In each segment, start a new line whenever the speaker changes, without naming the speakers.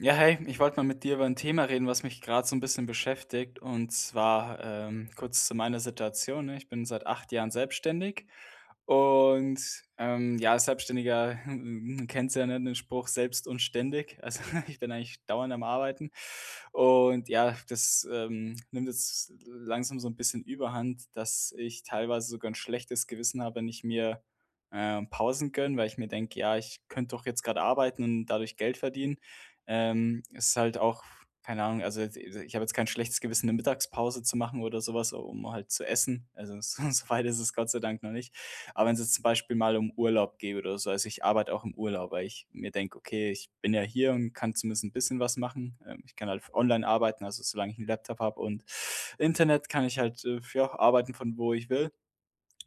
Ja, hey, ich wollte mal mit dir über ein Thema reden, was mich gerade so ein bisschen beschäftigt. Und zwar, kurz zu meiner Situation, ne? Ich bin seit 8 Jahren selbstständig und, ja, als Selbstständiger du kennst ja, ne, den Spruch: „Selbst und ständig.“ Also, ich bin eigentlich dauernd am Arbeiten. Und ja, das, nimmt jetzt langsam so ein bisschen Überhand, dass ich teilweise sogar ein schlechtes Gewissen habe, wenn ich mir, Pausen gönne, weil ich mir denke: „Ja, ich könnte doch jetzt gerade arbeiten und dadurch Geld verdienen.“ Es ist halt auch keine Ahnung, also, jetzt ich habe jetzt kein schlechtes Gewissen, eine Mittagspause zu machen oder sowas, um halt zu essen. Also, so so weit ist es Gott sei Dank noch nicht. Aber wenn's jetzt zum Beispiel mal um Urlaub geht oder so, also ich arbeite auch im Urlaub, weil ich mir denke: „Okay, ich bin ja hier und kann zumindest ein bisschen was machen.“ Ich kann halt online arbeiten, also solange ich einen Laptop habe und Internet, kann ich halt, ja, arbeiten, von wo ich will.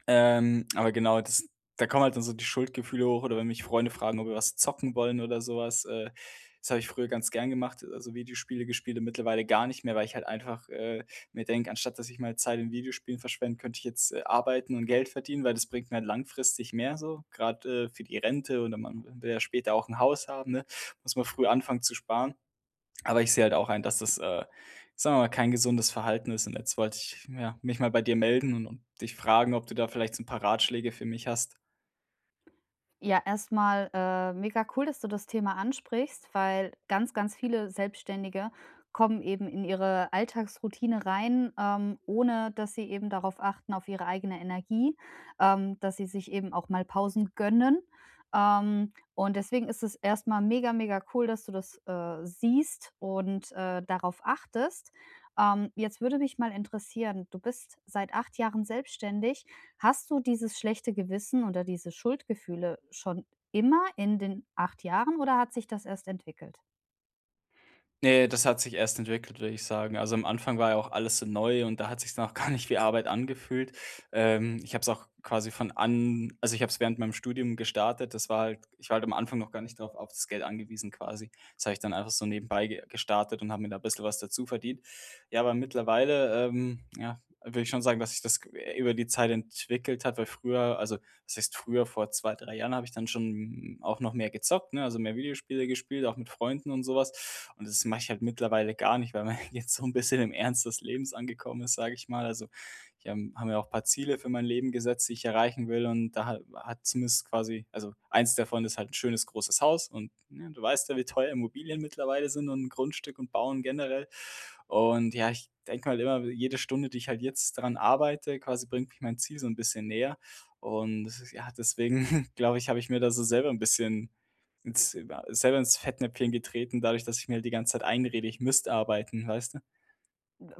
Aber genau, das da kommen halt dann so die Schuldgefühle hoch, oder wenn mich Freunde fragen, ob wir was zocken wollen oder sowas. Das habe ich früher ganz gern gemacht, also Videospiele gespielt, und mittlerweile gar nicht mehr, weil ich halt einfach, mir denke, anstatt dass ich mal Zeit in Videospielen verschwende, könnte ich jetzt, arbeiten und Geld verdienen, weil das bringt mir halt langfristig mehr so, gerade für die Rente, oder man will ja später auch ein Haus haben, ne? Muss man früh anfangen zu sparen. Aber ich sehe halt auch ein, dass das, sagen wir mal, kein gesundes Verhalten ist. Und jetzt wollte ich, ja, mich mal bei dir melden und dich fragen, ob du da vielleicht so ein paar Ratschläge für mich hast.
Ja, erstmal mega cool, dass du das Thema ansprichst, weil ganz, ganz viele Selbstständige kommen eben in ihre Alltagsroutine rein, ohne dass sie eben darauf achten, auf ihre eigene Energie, dass sie sich eben auch mal Pausen gönnen. Und deswegen ist es erstmal mega, mega cool, dass du das siehst und darauf achtest. Jetzt würde mich mal interessieren, du bist seit 8 Jahren selbstständig. Hast du dieses schlechte Gewissen oder diese Schuldgefühle schon immer in den 8 Jahren oder hat sich das erst entwickelt?
Ne, das hat sich erst entwickelt, würde ich sagen. Also, am Anfang war ja auch alles so neu und da hat sich's noch gar nicht wie Arbeit angefühlt. Ich habe es auch quasi von an also, ich habe es während meinem Studium gestartet. Das war halt ich war halt am Anfang noch gar nicht darauf auf das Geld angewiesen quasi. Das habe ich dann einfach so nebenbei ge gestartet und habe mir da ein bisschen was dazu verdient. Ja, aber mittlerweile, ja, würde ich schon sagen, dass sich das über die Zeit entwickelt hat, weil früher also, das heißt, früher vor 2 3 Jahren habe ich dann schon auch noch mehr gezockt, ne? Also, mehr Videospiele gespielt, auch mit Freunden und sowas. Und das mache ich halt mittlerweile gar nicht, weil man jetzt so ein bisschen im Ernst des Lebens angekommen ist, sage ich mal. Also, ich habe mir auch ein paar Ziele für mein Leben gesetzt, die ich erreichen will, und da ha hat zumindest quasi also, eins davon ist halt ein schönes großes Haus und, ne, du weißt ja, wie teuer Immobilien mittlerweile sind und ein Grundstück und Bauen generell. Und ja, ich denke mal immer, jede Stunde, die ich halt jetzt daran arbeite, quasi bringt mich mein Ziel so ein bisschen näher. Und das ja, deswegen glaube ich, habe ich mir da so selber ein bisschen ins Fettnäpfchen getreten, dadurch, dass ich mir halt die ganze Zeit einrede, ich müsste arbeiten, weißt du?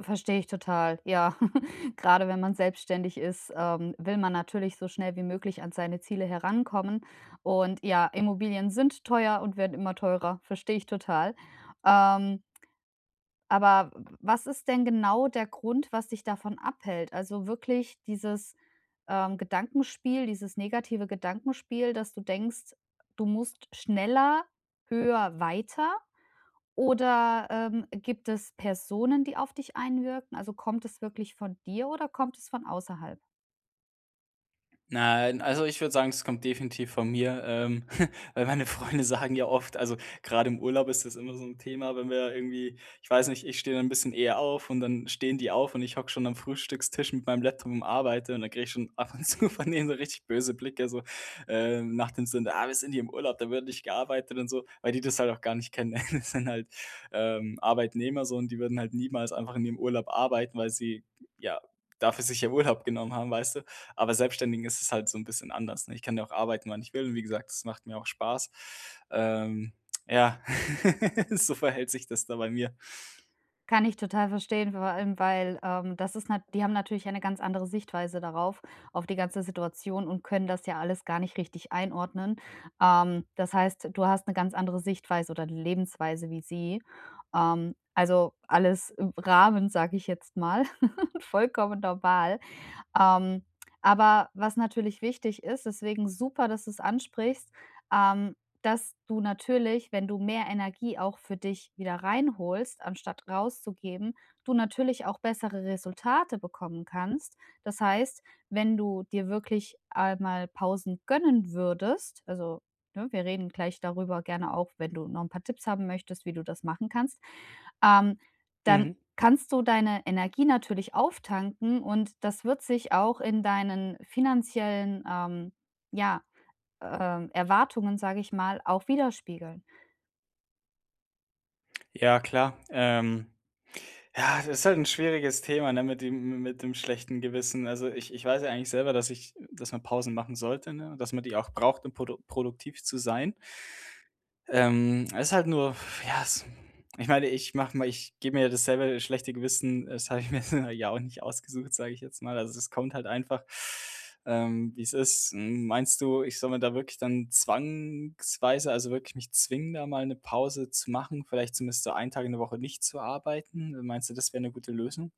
Verstehe ich total, ja. Gerade wenn man selbstständig ist, will man natürlich so schnell wie möglich an seine Ziele herankommen. Und ja, Immobilien sind teuer und werden immer teurer, verstehe ich total. Ähm, Aber was ist denn genau der Grund, was dich davon abhält? Also wirklich dieses, Gedankenspiel, dieses negative Gedankenspiel, dass du denkst, du musst schneller, höher, weiter? Oder, gibt es Personen, die auf dich einwirken? Also kommt es wirklich von dir oder kommt es von außerhalb?
Nein, also ich würde sagen, das kommt definitiv von mir, weil meine Freunde sagen ja oft also gerade im Urlaub ist das immer so ein Thema, wenn wir irgendwie ich weiß nicht, ich stehe dann ein bisschen eher auf und dann stehen die auf und ich hocke schon am Frühstückstisch mit meinem Laptop und arbeite und dann kriege ich schon ab und zu von denen so richtig böse Blicke, so, nach dem Sinne: „Ah, wir sind hier im Urlaub, da wird nicht gearbeitet“ und so, weil die das halt auch gar nicht kennen. Das sind halt, Arbeitnehmer so, und die würden halt niemals einfach in ihrem Urlaub arbeiten, weil sie, ja, dafür sich ja Urlaub genommen haben, weißt du? Aber Selbstständigen ist es halt so ein bisschen anders, ne? Ich kann ja auch arbeiten, wann ich will, und wie gesagt, das macht mir auch Spaß. Ähm, ja, so verhält sich das da bei mir.
Kann ich total verstehen, vor allem, weil, das ist nat die haben natürlich eine ganz andere Sichtweise darauf, auf die ganze Situation und können das ja alles gar nicht richtig einordnen. Das heißt, du hast eine ganz andere Sichtweise oder Lebensweise wie sie. Also, alles im Rahmen, sage ich jetzt mal, vollkommen normal. Ähm, aber was natürlich wichtig ist, deswegen super, dass du es ansprichst, ähm, dass du natürlich, wenn du mehr Energie auch für dich wieder reinholst, anstatt rauszugeben, du natürlich auch bessere Resultate bekommen kannst. Das heißt, wenn du dir wirklich einmal Pausen gönnen würdest, also, ne, wir reden gleich darüber gerne auch, wenn du noch ein paar Tipps haben möchtest, wie du das machen kannst, ähm, dann
Mhm.
kannst du deine Energie natürlich auftanken und das wird sich auch in deinen finanziellen, ja, Erwartungen, sage ich mal, auch widerspiegeln.
Ja, klar. Ja, das ist halt ein schwieriges Thema, ne, mit dem schlechten Gewissen. Also, ich weiß ja eigentlich selber, dass ich dass man Pausen machen sollte, ne, und dass man die auch braucht, um produktiv zu sein. Es ist halt nur, ja, es ich meine, ich mache mir ich gebe mir ja das selber schlechte Gewissen, das habe ich mir ja auch nicht ausgesucht, sage ich jetzt mal. Also, es kommt halt einfach, wie es ist. Meinst du, ich soll mir da wirklich dann zwangsweise also, wirklich mich zwingen, da mal eine Pause zu machen, vielleicht zumindest so einen Tag in der Woche nicht zu arbeiten? Meinst du, das wäre eine gute Lösung?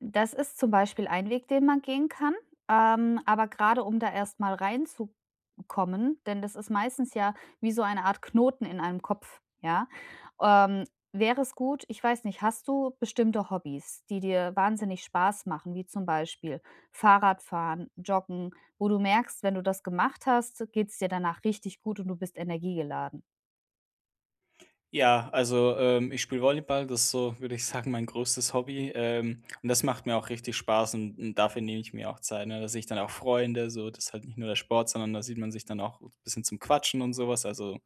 Das ist zum Beispiel ein Weg, den man gehen kann. Aber gerade um da erst mal reinzukommen, denn das ist meistens ja wie so eine Art Knoten in einem Kopf, ja, ähm, wäre es gut, ich weiß nicht, hast du bestimmte Hobbys, die dir wahnsinnig Spaß machen, wie zum Beispiel Fahrradfahren, Joggen, wo du merkst, wenn du das gemacht hast, geht's dir danach richtig gut und du bist energiegeladen?
Ja, also, ich spiele Volleyball, das ist so, würde ich sagen, mein größtes Hobby, und das macht mir auch richtig Spaß, und dafür nehme ich mir auch Zeit, ne? Da sehe ich dann auch Freunde, so, das ist halt nicht nur der Sport, sondern da sieht man sich dann auch ein bisschen zum Quatschen und sowas. Also,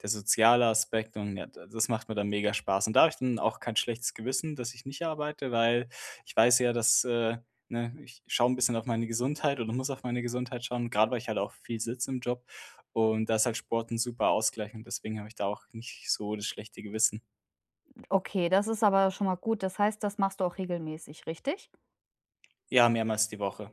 der soziale Aspekt und ja, da das macht mir dann mega Spaß. Und da habe ich dann auch kein schlechtes Gewissen, dass ich nicht arbeite, weil ich weiß ja, dass, ne, ich schaue ein bisschen auf meine Gesundheit oder muss auf meine Gesundheit schauen, gerade weil ich halt auch viel sitze im Job. Und da ist halt Sport 'n super Ausgleich und deswegen habe ich da auch nicht so das schlechte Gewissen.
Okay, das ist aber schon mal gut. Das heißt, das machst du auch regelmäßig, richtig?
Ja, mehrmals die Woche.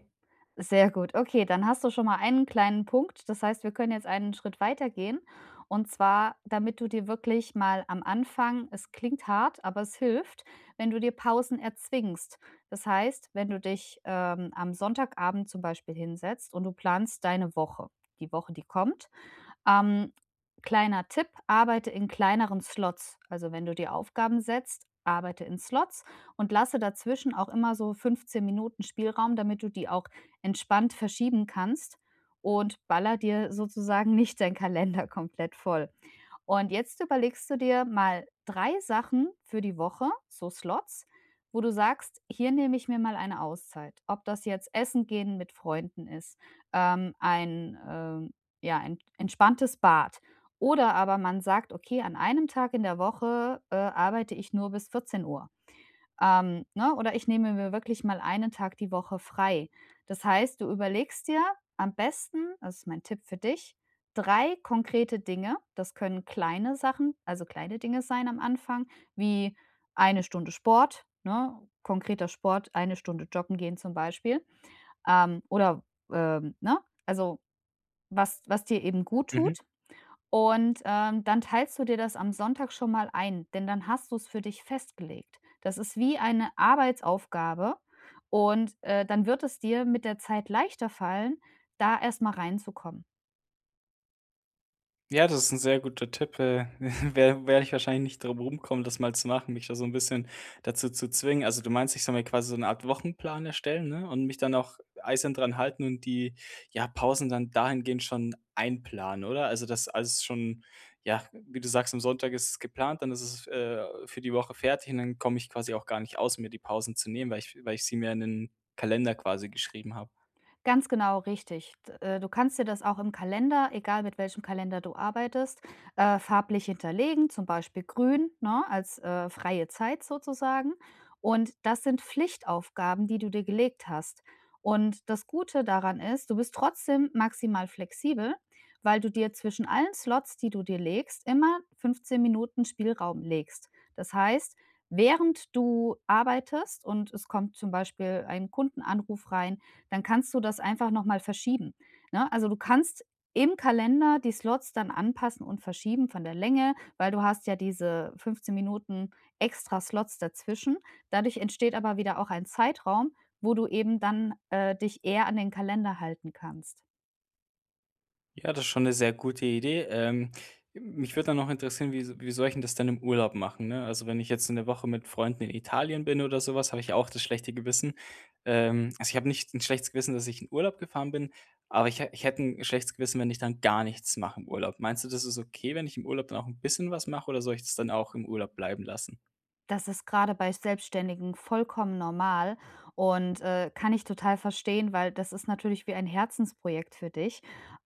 Sehr gut. Okay, dann hast du schon mal einen kleinen Punkt. Das heißt, wir können jetzt einen Schritt weitergehen. Und zwar, damit du dir wirklich mal am Anfang, es klingt hart, aber es hilft, wenn du dir Pausen erzwingst. Das heißt, wenn du dich am Sonntagabend zum Beispiel hinsetzt und du planst deine Woche, die kommt, ähm, kleiner Tipp, arbeite in kleineren Slots. Also, wenn du dir Aufgaben setzt, arbeite in Slots und lasse dazwischen auch immer so 15 Minuten Spielraum, damit du die auch entspannt verschieben kannst und baller dir sozusagen nicht deinen Kalender komplett voll. Und jetzt überlegst du dir mal 3 Sachen für die Woche, so Slots, wo du sagst: „Hier nehme ich mir mal eine Auszeit.“ Ob das jetzt Essen gehen mit Freunden ist, ähm, ein, ähm, ja, ein entspanntes Bad, oder aber man sagt: „Okay, an einem Tag in der Woche, arbeite ich nur bis 14 Uhr. Ne? Oder ich nehme mir wirklich mal einen Tag die Woche frei.“ Das heißt, du überlegst dir am besten, das ist mein Tipp für dich, 3 konkrete Dinge. Das können kleine Sachen, also kleine Dinge sein am Anfang, wie eine Stunde Sport, ne? Konkreter Sport, eine Stunde joggen gehen zum Beispiel. Ähm, oder, ne? Also, was dir eben gut
Mhm.
tut. Und, dann teilst du dir das am Sonntag schon mal ein, denn dann hast du es für dich festgelegt. Das ist wie eine Arbeitsaufgabe und, dann wird es dir mit der Zeit leichter fallen, da erst mal reinzukommen.
Ja, das ist ein sehr guter Tipp, werde ich wahrscheinlich nicht drum rumkommen, das mal zu machen, mich da so ein bisschen dazu zu zwingen. Also, du meinst, ich soll mir quasi so eine Art Wochenplan erstellen, ne, und mich dann auch eisern dran halten und die, ja, Pausen dann dahingehend schon einplanen, oder? Also, das alles schon ja, wie du sagst, am Sonntag ist es geplant, dann ist es, für die Woche fertig, und dann komme ich quasi auch gar nicht aus, mir die Pausen zu nehmen, weil ich sie mir in den Kalender quasi geschrieben habe.
Ganz genau, richtig. D Du kannst dir das auch im Kalender, egal mit welchem Kalender du arbeitest, farblich hinterlegen, zum Beispiel grün, ne, als, freie Zeit sozusagen. Und das sind Pflichtaufgaben, die du dir gelegt hast. Und das Gute daran ist, du bist trotzdem maximal flexibel, weil du dir zwischen allen Slots, die du dir legst, immer 15 Minuten Spielraum legst. Das heißt, während du arbeitest und es kommt zum Beispiel ein Kundenanruf rein, dann kannst du das einfach noch mal verschieben, ne? Also, du kannst im Kalender die Slots dann anpassen und verschieben von der Länge, weil du hast ja diese 15 Minuten extra Slots dazwischen. Dadurch entsteht aber wieder auch ein Zeitraum, wo du eben dann, dich eher an den Kalender halten kannst.
Ja, das ist schon eine sehr gute Idee. Mich würde dann noch interessieren, wie soll ich denn das dann im Urlaub machen, ne? Also, wenn ich jetzt 'ne Woche mit Freunden in Italien bin oder sowas, habe ich ja auch das schlechte Gewissen. Also, ich habe nicht ein schlechtes Gewissen, dass ich in Urlaub gefahren bin, aber ich hätte ein schlechtes Gewissen, wenn ich dann gar nichts mache im Urlaub. Meinst du, das ist okay, wenn ich im Urlaub dann auch ein bisschen was mache, oder soll ich das dann auch im Urlaub bleiben lassen?
Das ist gerade bei Selbstständigen vollkommen normal und, kann ich total verstehen, weil das ist natürlich wie ein Herzensprojekt für dich.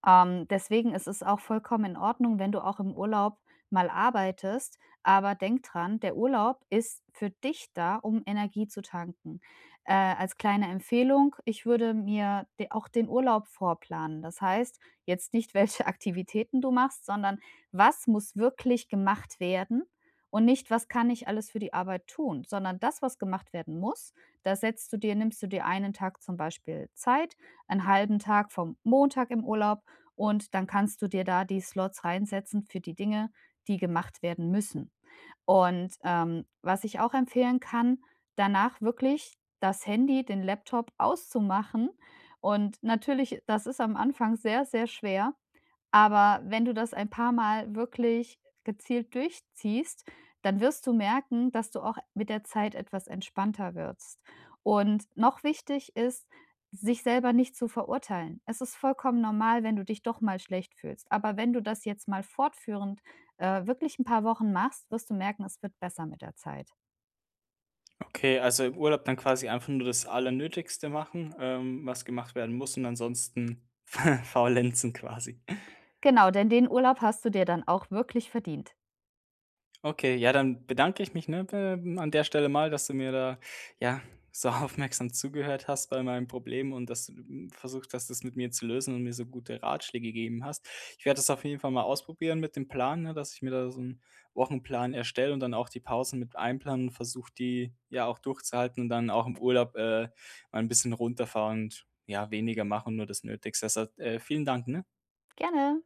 Deswegen ist es auch vollkommen in Ordnung, wenn du auch im Urlaub mal arbeitest, aber denk dran, der Urlaub ist für dich da, um Energie zu tanken. Als kleine Empfehlung, ich würde mir de auch den Urlaub vorplanen. Das heißt, jetzt nicht, welche Aktivitäten du machst, sondern was muss wirklich gemacht werden, und nicht, was kann ich alles für die Arbeit tun, sondern das, was gemacht werden muss, da setzt du dir nimmst du dir einen Tag zum Beispiel Zeit, einen halben Tag vom Montag im Urlaub, und dann kannst du dir da die Slots reinsetzen für die Dinge, die gemacht werden müssen. Und, was ich auch empfehlen kann, danach wirklich das Handy, den Laptop auszumachen. Und natürlich, das ist am Anfang sehr, sehr schwer, aber wenn du das ein paar Mal wirklich gezielt durchziehst, dann wirst du merken, dass du auch mit der Zeit etwas entspannter wirst. Und noch wichtig ist, sich selber nicht zu verurteilen. Es ist vollkommen normal, wenn du dich doch mal schlecht fühlst. Aber wenn du das jetzt mal fortführend, wirklich ein paar Wochen machst, wirst du merken, es wird besser mit der Zeit.
Okay, also im Urlaub dann quasi einfach nur das Allernötigste machen, was gemacht werden muss, und ansonsten faulenzen quasi.
Genau, denn den Urlaub hast du dir dann auch wirklich verdient.
Okay, ja, dann bedanke ich mich, ne, an der Stelle mal, dass du mir da, ja, so aufmerksam zugehört hast bei meinem Problem und dass du versucht hast, das mit mir zu lösen und mir so gute Ratschläge gegeben hast. Ich werde das auf jeden Fall mal ausprobieren mit dem Plan, ne, dass ich mir da so einen Wochenplan erstelle und dann auch die Pausen mit einplanen und versuche, die ja auch durchzuhalten und dann auch im Urlaub mal ein bisschen runterfahren und ja, weniger machen, nur das Nötigste. Also, vielen Dank, ne?
Gerne.